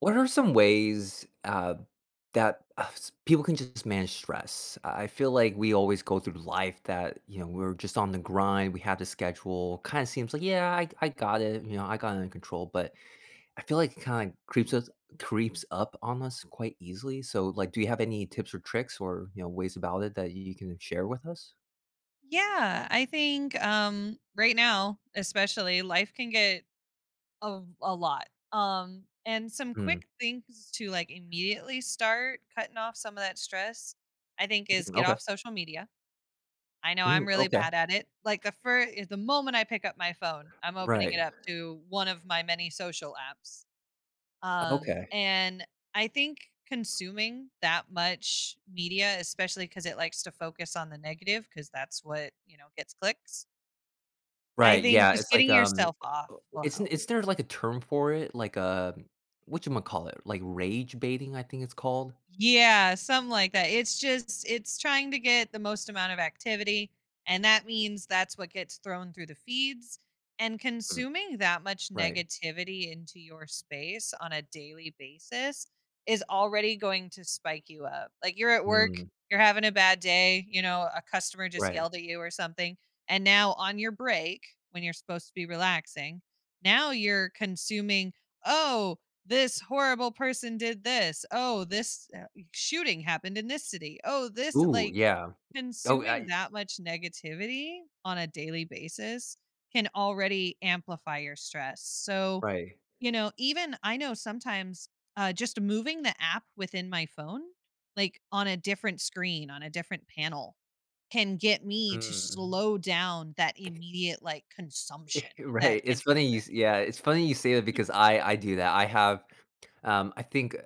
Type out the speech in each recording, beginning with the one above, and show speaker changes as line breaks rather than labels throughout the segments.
What are some ways people can just manage stress? I feel like we always go through life that, you know, we're just on the grind, we have the schedule, kind of seems like, yeah, I got it, you know, I got it under control, but I feel like it kind of creeps us creeps up on us quite easily. So like do you have any tips or tricks or, you know, ways about it that you can share with us?
Yeah, I think right now, especially life can get a lot. And some
Mm,
quick things to immediately start cutting off some of that stress, I think is get
okay.
off social media. I know
Mm,
I'm really
okay.
bad at it. Like the moment I pick up my phone, I'm opening it
Right.
up to one of my many social apps.
Okay.
And I think consuming that much media, especially cuz it likes to focus on the negative cuz that's what, you know, gets clicks. I
Right,
think
yeah,
just
it's like,
getting yourself off
uh,
will
it's not
help.
is there, like, a term for it? Like, what you call it, Like, rage baiting, I think it's called?
Yeah, something like that. It's just it's trying to get the most amount of activity, and that means that's what gets thrown through the feeds. And
Mm,
consuming that much
right.
negativity into your space on a daily basis is already going to spike you up. Like you're at work,
Mm,
you're having a bad day, you know, a customer just
right.
yelled at you or something, and now on your break, when you're supposed to be relaxing, now you're consuming, "Oh, this horrible person did this. Oh, this shooting happened in this city. Oh, this
Ooh,
like
yeah. Oh,
consuming
I
that much negativity on a daily basis can already amplify your stress." So,
right.
you know, even I know sometimes just moving the app within my phone, like on a different screen, on a different panel, can get me to
Mm.
slow down that immediate like consumption that
Right,
can
it's funny you
happen.
s yeah, it's funny you say that because I do that. I have, um, I think, uh,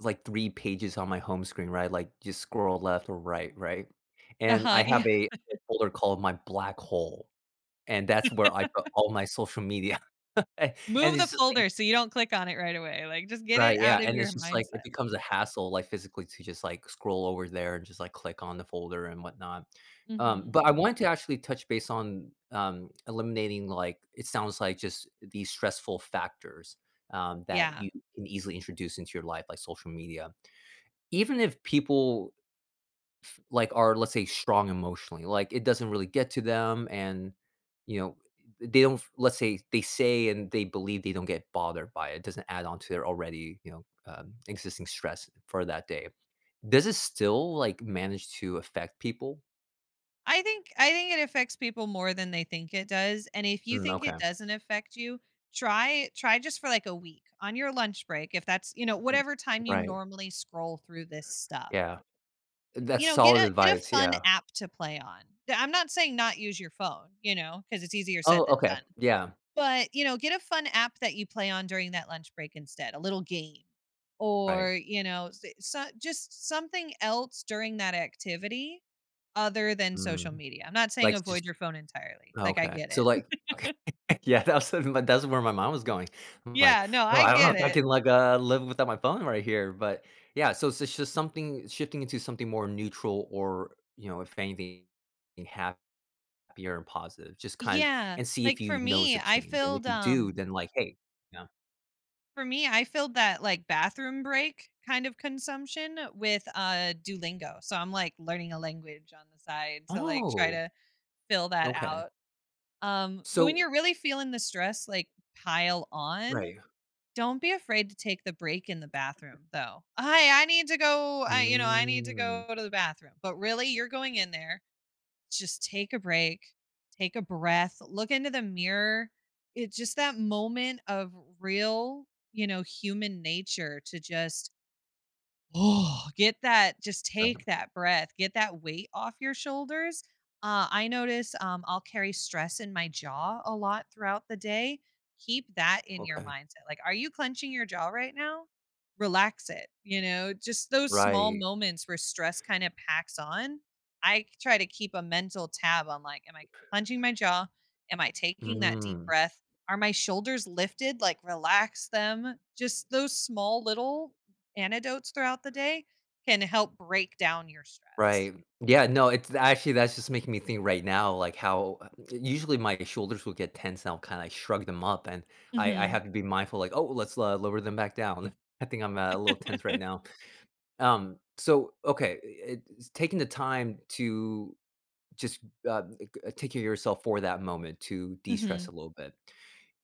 like, 3 pages on my home screen, right? Like, just scroll left or right, right?
Uh
And I
huh.
have a folder called my black hole. And that's where I put all my social media. And
Move the
it's just like
folder so you don't click on it right away, like, just get it
right,
out
yeah,
of
and
your
it's just like it
mindset.
becomes a hassle, like, physically to just, like, scroll over there and just, like, click on the folder and whatnot.
Mhm.
But I wanted to actually touch base on, eliminating, like, it sounds like just these stressful factors, that
Yeah.
you can easily introduce into your life, like social media. Even if people like, are, let's say, strong emotionally, like, it doesn't really get to them and, you know, they don't let's say they say and they believe they don't get bothered by it. It doesn't add on to their already, you know, existing stress for that day. Does it still, like, manage to affect people?
I think it affects people more than they think it does, and if you
Mm,
think it
okay.
doesn't affect you, try just for, like, a week on your lunch break, if that's you know,
Mhm.
whatever time you
Right,
normally scroll through this stuff.
yeah. That's
You know,
solid
get a
advice,
fun
yeah.
app to play on. I'm not saying not use your phone, you know, because it's easier said
Oh,
than
okay,
done.
yeah,
But, you know, get a fun app that you play on during that lunch break instead, a little game
right.
or, you know, just something else during that activity other than social
Mm.
media. I'm not saying
Like,
avoid
just
your phone entirely. Like, I
Okay.
get it.
Okay. Yeah, that's where my mind was going. I'm like,
Yeah, no,
"Oh,
I
I don't know
get
if I
it.
can, like, live without my phone right here," but yeah, so it's just something shifting into something more neutral or, you know, if anything, happier and positive, just kind of
Yeah.
and see if
Like
you notice a change, and if you do, then, like, hey. Yeah.
for me, I filled that like bathroom break kind of consumption with Duolingo. So I'm like learning a language on the side to like try
Oh,
to fill that
okay.
out. But
So
when you're really feeling the stress like pile on,
right.
don't be afraid to take the break in the bathroom though. Hi, I need to go, I you know, I need to
Mm.
go to the bathroom. But really, you're going in there, just take a break, take a breath, look into the mirror. It's just that moment of real, you know, human nature to just Oh, get that just
Right.
take that breath, get that weight off your shoulders. I notice I'll carry stress in my jaw a lot throughout the day. Keep that in your
Okay.
mindset. Like, are you clenching your jaw right now? Relax it. You know, just those small
Right.
moments where stress kind of packs on. I try to keep a mental tab on like, am I clenching my jaw? Am I taking that deep
Mm.
breath? Are my shoulders lifted? Like, relax them. Just those small little antidotes throughout the day can help break down your stress.
Right. Yeah, no, it's actually that's just making me think right now, like, how usually my shoulders will get tense, and I'll kinda like, shrug them up, and I
Mhm.
have to be mindful, like, "Oh, let's, lower them back down." I think I'm, a little tense right now. So, okay, it's taking the time to just, g take care of yourself for that moment to de-stress
Mhm.
a little bit.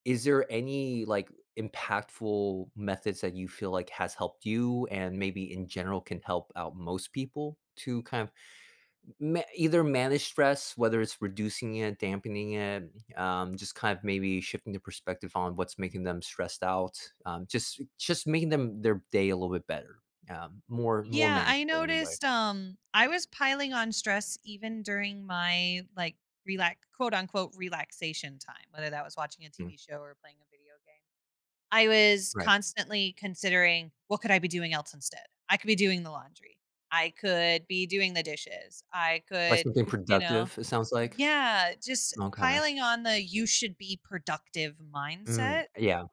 Is there any, like, impactful methods that you feel like has helped you and maybe in general can help out most people to kind of Ma either manage stress, whether it's reducing it, dampening it, just kind of maybe shifting the perspective on what's making them stressed out, just making them their day a little bit better, more
Yeah, I
manageable in a way.
noticed I was piling on stress even during my like relax, quote unquote, relaxation time, whether that was watching a
Mm,
TV show or playing a video game. I was
right.
constantly considering what could I be doing else instead? I could be doing the laundry. I could be doing the dishes.
Like something
You know,
productive, it sounds like?
yeah, just
Okay.
piling on the you should be productive
Mm,
mindset.
yeah.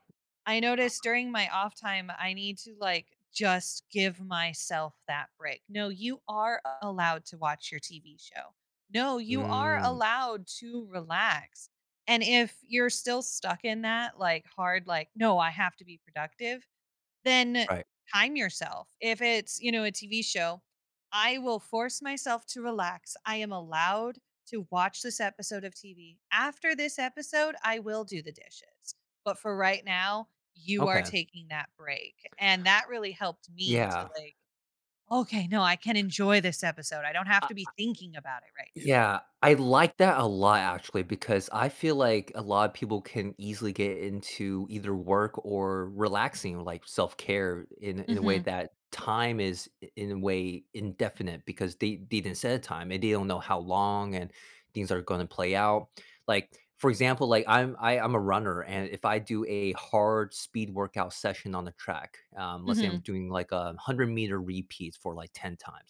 I noticed during my off time, I need to like just give myself that break. No, you are allowed to watch your TV show. No, you are
Mm,
allowed to relax. And if you're still stuck in that like hard, like, no, I have to be productive, then
right.
time yourself. If it's, you know, a TV show, I will force myself to relax. I am allowed to watch this episode of TV. After this episode, I will do the dishes. But for right now, you are
Okay.
taking that break. And that really helped me to
Yeah.
like, okay, no, I can enjoy this episode. I don't have to be thinking about it right
Yeah, I like that a lot actually because I feel like a lot of people can easily get into either work or relaxing, like self-care
now.
in a way
Mhm.
that in a way indefinite because they didn't set a time and they don't know how long and things are going to play out. Like for example, like I'm a runner and if I do a hard speed workout session on the track, let's say I'm
Mhm.
doing like 100-meter repeats for like 10 times.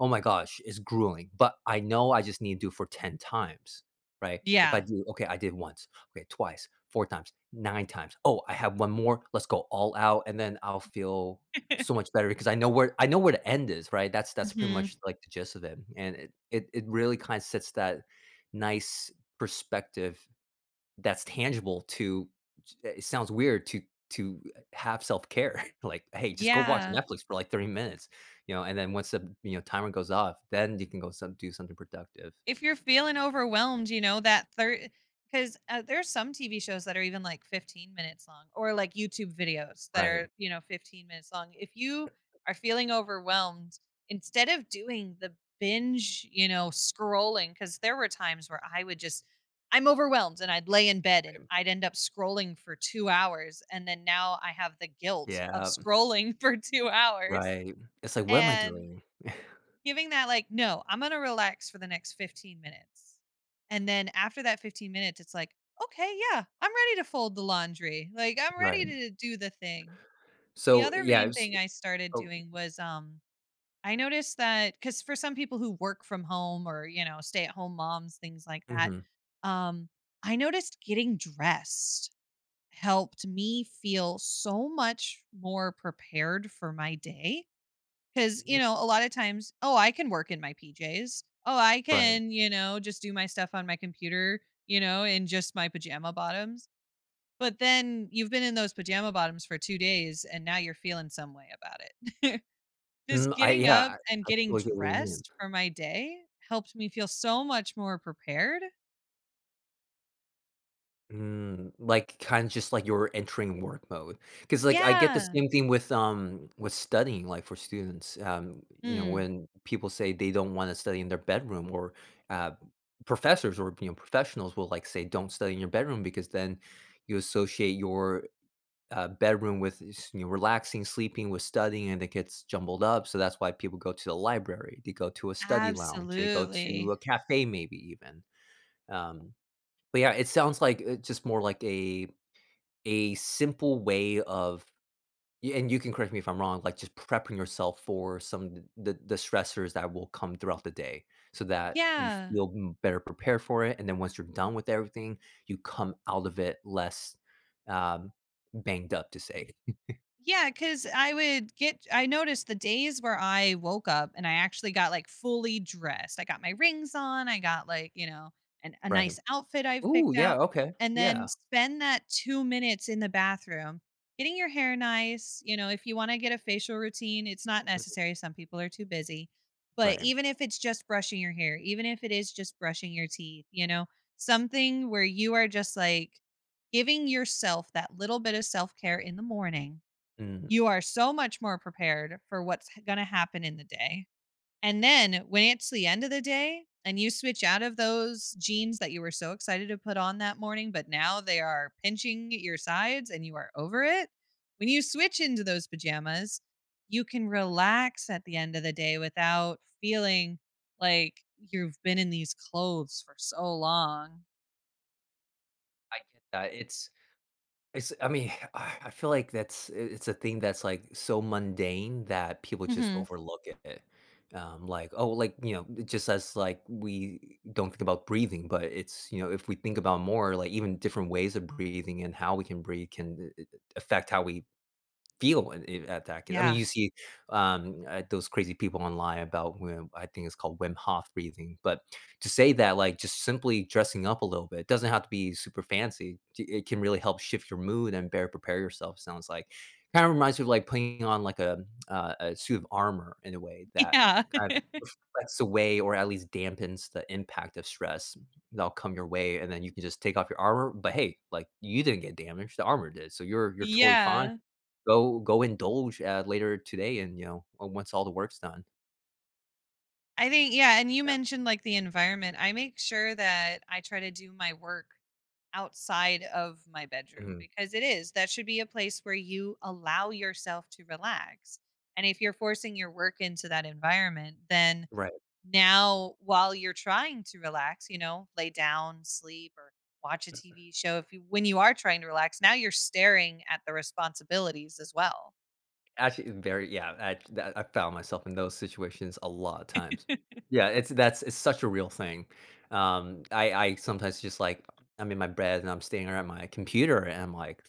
Oh my gosh, it's grueling, but I know I just need to do for 10 times, right? If I
Yeah.
do, okay, I did once, okay, twice, four times, nine times. Oh, I have one more. Let's go all out, and then I'll feel so much better because I know where the end is, right? That's pretty
Mhm.
much like the gist of it, and it really kind of sets that nice perspective that's tangible to it sounds weird to to have self-care. Like, "Hey, just go watch
Yeah.
Netflix for, like, 30 minutes," you know, and then once the, you know, timer goes off, then you can go some do something productive.
If you're feeling overwhelmed, you know, that third because, there's some TV shows that are even, like, 15 minutes long or, like, YouTube videos that are,
Right,
you know, 15 minutes long. If you are feeling overwhelmed, instead of doing the binge, you know, scrolling. Because there were times where I would just I'm overwhelmed, and I'd lay in bed, and
right.
I'd end up scrolling for 2 hours, and then now I have the guilt of
Yeah,
scrolling for 2 hours,
right. It's like, "What am I
and
doing?"
giving that like, "No, I'm gonna relax for the next 15 minutes." And then after that 15 minutes, it's like, "Okay, yeah, I'm ready to fold the laundry. Like, I'm
Right.
ready to do the thing." The
So,
other
yeah,
main
it's
thing I started
oh,
doing was, I noticed that because for some people who work from home or, you know, stay at home moms, things like that,
mhm.
um, I noticed getting dressed helped me feel so much more prepared for my day because, you know, a lot of times, oh, I can work in my PJs. Oh, I
Right.
can, you know, just do my stuff on my computer, you know, in just my pajama bottoms. But then you've been in those pajama bottoms for 2 days and now you're feeling some way about it. just
Mm, I
getting
yeah,
up and
I
getting
totally get what you mean.
dressed for my day helped me feel so much more prepared.
Mm, like, kinda just like you're entering work mode, because like, I get the
Yeah.
same thing with studying, like, for students, you know,
Mm,
when people say they don't wanna study in their bedroom or, uh, professors or, you know, professionals will, like, say, "Don't study in your bedroom," because then you associate your, bedroom with s you know, relaxing, sleeping, with studying, and it gets jumbled up, so that's why people go to the library, they go to a study lounge, they go to
absolutely.
a cafe maybe even, um but yeah, it sounds like it's just more like a simple way of y and you can correct me if I'm wrong, like, just prepping yourself for some th the stressors that will come throughout the day so that you
Yeah.
feel m better prepared for it, and then once you're done with everything, you come out of it less, um, banged up to say,
Yeah, cause I would get I noticed the days where I woke up and I actually got, like, fully dressed, I got my rings on, I got, like, you know, an a
right?
nice outfit I've
Ooh,
picked
yeah,
out,
okay,
and then
yeah.
spend that 2 minutes in the bathroom getting your hair nice, you know, if you wanna get a facial routine, it's not
Mhm,
necessary, some people are too busy, but
right.
even if it's just brushing your hair, even if it is just brushing your teeth, you know, something where you are just, like, giving yourself that little bit of self-care in the morning,
Mm,
you are so much more prepared for what's gonna happen in the day, and then when it's the end of the day and you switch out of those jeans that you were so excited to put on that morning, but now they are pinching your sides and you are over it, when you switch into those pajamas, you can relax at the end of the day without feeling like you've been in these clothes for so long.
I get that, it's. I mean, I feel like that's I it's a thing that's, like, so mundane that people just
Mhm.
overlook it. Like, oh, like, you know, just as, like, we don't think about breathing, but it's, you know, if we think about more, like, even different ways of breathing and how we can breathe can, affect how we feel in at that. I mean,
Yeah.
you see, those crazy people online about Wim I think it's called Wim Hof breathing, but to say that, like, just simply dressing up a little bit, it doesn't have to be super fancy, t it can really help shift your mood and better prepare yourself, sounds like. Kinda reminds me of, like, putting on, like, a suit of armor in a way that
Yeah.
kind of reflects away or at least dampens the impact of stress that'll come your way, and then you can just take off your armor, but, hey, like, you didn't get damaged, the armor did, so you're totally fine.
Yeah.
Go indulge, later today and, you know, o once all the work's done.
I think yeah, and you
Yeah,
mentioned like the environment. I make sure that I try to do my work outside of my bedroom
mhm,
because it is that should be a place where you allow yourself to relax. And if you're forcing your work into that environment, then
Right,
now while you're trying to relax, you know, lay down, sleep or watch a TV show if you when you are trying to relax, now you're staring at the responsibilities as well.
actually very yeah, I that I found myself in those situations a lot of times. Yeah, it's that's it's such a real thing. I sometimes just, like, I'm in my bed and I'm staring at my computer and I'm like,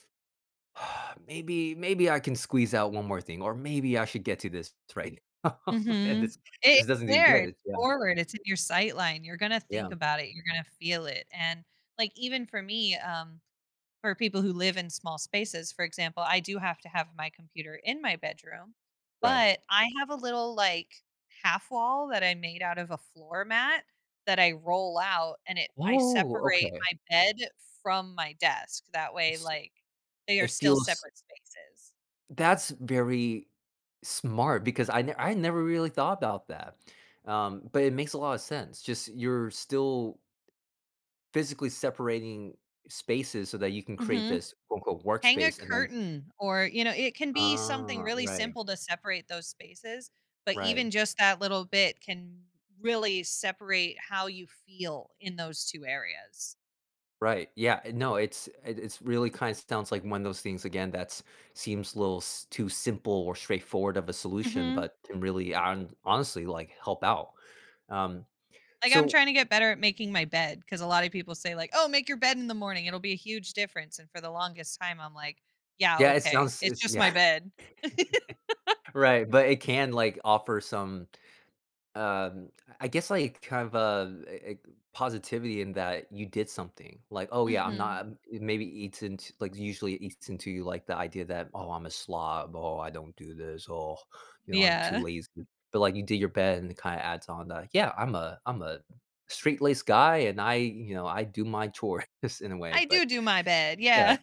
"Maybe I can squeeze out one more thing or maybe I should get to this right now." And
Mhm.
it
It's
just doesn't
there, it's
exist. Yeah,
forward, it's in your sight line, you're gonna
yeah,
think about it, you're gonna feel it, and, like, even for me, for people who live in small spaces, for example, I do have to have my computer in my bedroom,
right.
but I have a little, like, half wall that I made out of a floor mat that I roll out, and it I
Oh,
separate
okay.
my bed from my desk, that way,
S
like, they are
it
still
feels.
separate spaces.
That's very smart because I never really thought about that, but it makes a lot of sense. Just you're still physically separating spaces so that you can create
Mhm.
this quote unquote
Hang a
workspace and then
curtain or, you know, it can be something
ah,
really
right,
simple to separate those spaces, but
right,
even just that little bit can really separate how you feel in those 2 areas.
right. Yeah, no, it's really kind of sounds like one of those things again that's seems a little too simple or straightforward of a solution,
Mhm.
but can really honestly like help out. Um,
Like, I'm
so
trying to get better at making my bed because a lot of people say like, "Oh, make your bed in the morning. It'll be a huge difference." And for the longest time, I'm like, "Yeah,
yeah, it
okay.
sounds
It's
it's,
just my
yeah.
bed."
Right, but it can, like, offer some, um, I guess, like, kind of, positivity in that you did something, like, "Oh, yeah, I'm
Mhm.
not" it maybe eats into like, usually it eats into you, like, the idea that, "Oh, I'm a slob. Oh, I don't do this. Oh, you know, I'm too
Yeah.
lazy." But, like, you did your bed, and it kinda adds on that, "Yeah, I'm a straight-laced guy, and I, you know, I do my chores in a way,"
I
but
do do my bed.
yeah.
Yeah.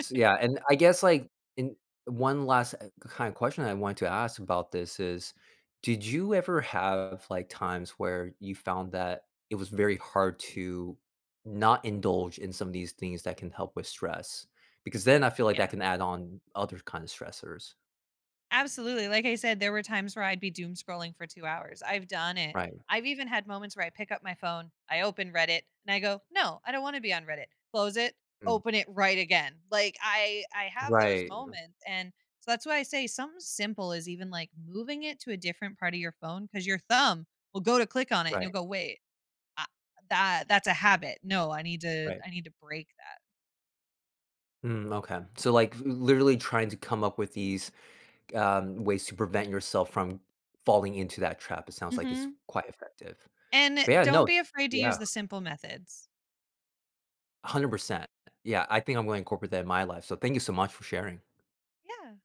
S yeah, and I guess, like, in one last, kind of question I wanted to ask about this is, did you ever have, like, times where you found that it was very hard to not indulge in some of these things that can help with stress? Because then I feel like that
Yeah.
can add on other kind of stressors.
Absolutely. Like I said, there were times where I'd be doom scrolling for 2 hours. I've done it.
Right.
I've even had moments where I pick up my phone, I open Reddit, and I go, "No, I don't wanna be on Reddit." Close it,
Mm.
open it right again. Like, I have those
Right,
moments, and so that's why I say something simple is even, like, moving it to a different part of your phone because your thumb will go to click on it, and you'll
right,
go, "Wait, ah, that's a habit. No,
right.
I need to break that."
Mm, okay. So, like, literally trying to come up with these, ways to prevent yourself from falling into that trap, it sounds like it's
Mhm.
quite effective.
And
Yeah,
don't
no
be afraid to use
yeah,
the simple methods.
100%. Yeah, I think I'm gonna incorporate that in my life, so thank you so much for sharing.
Yeah.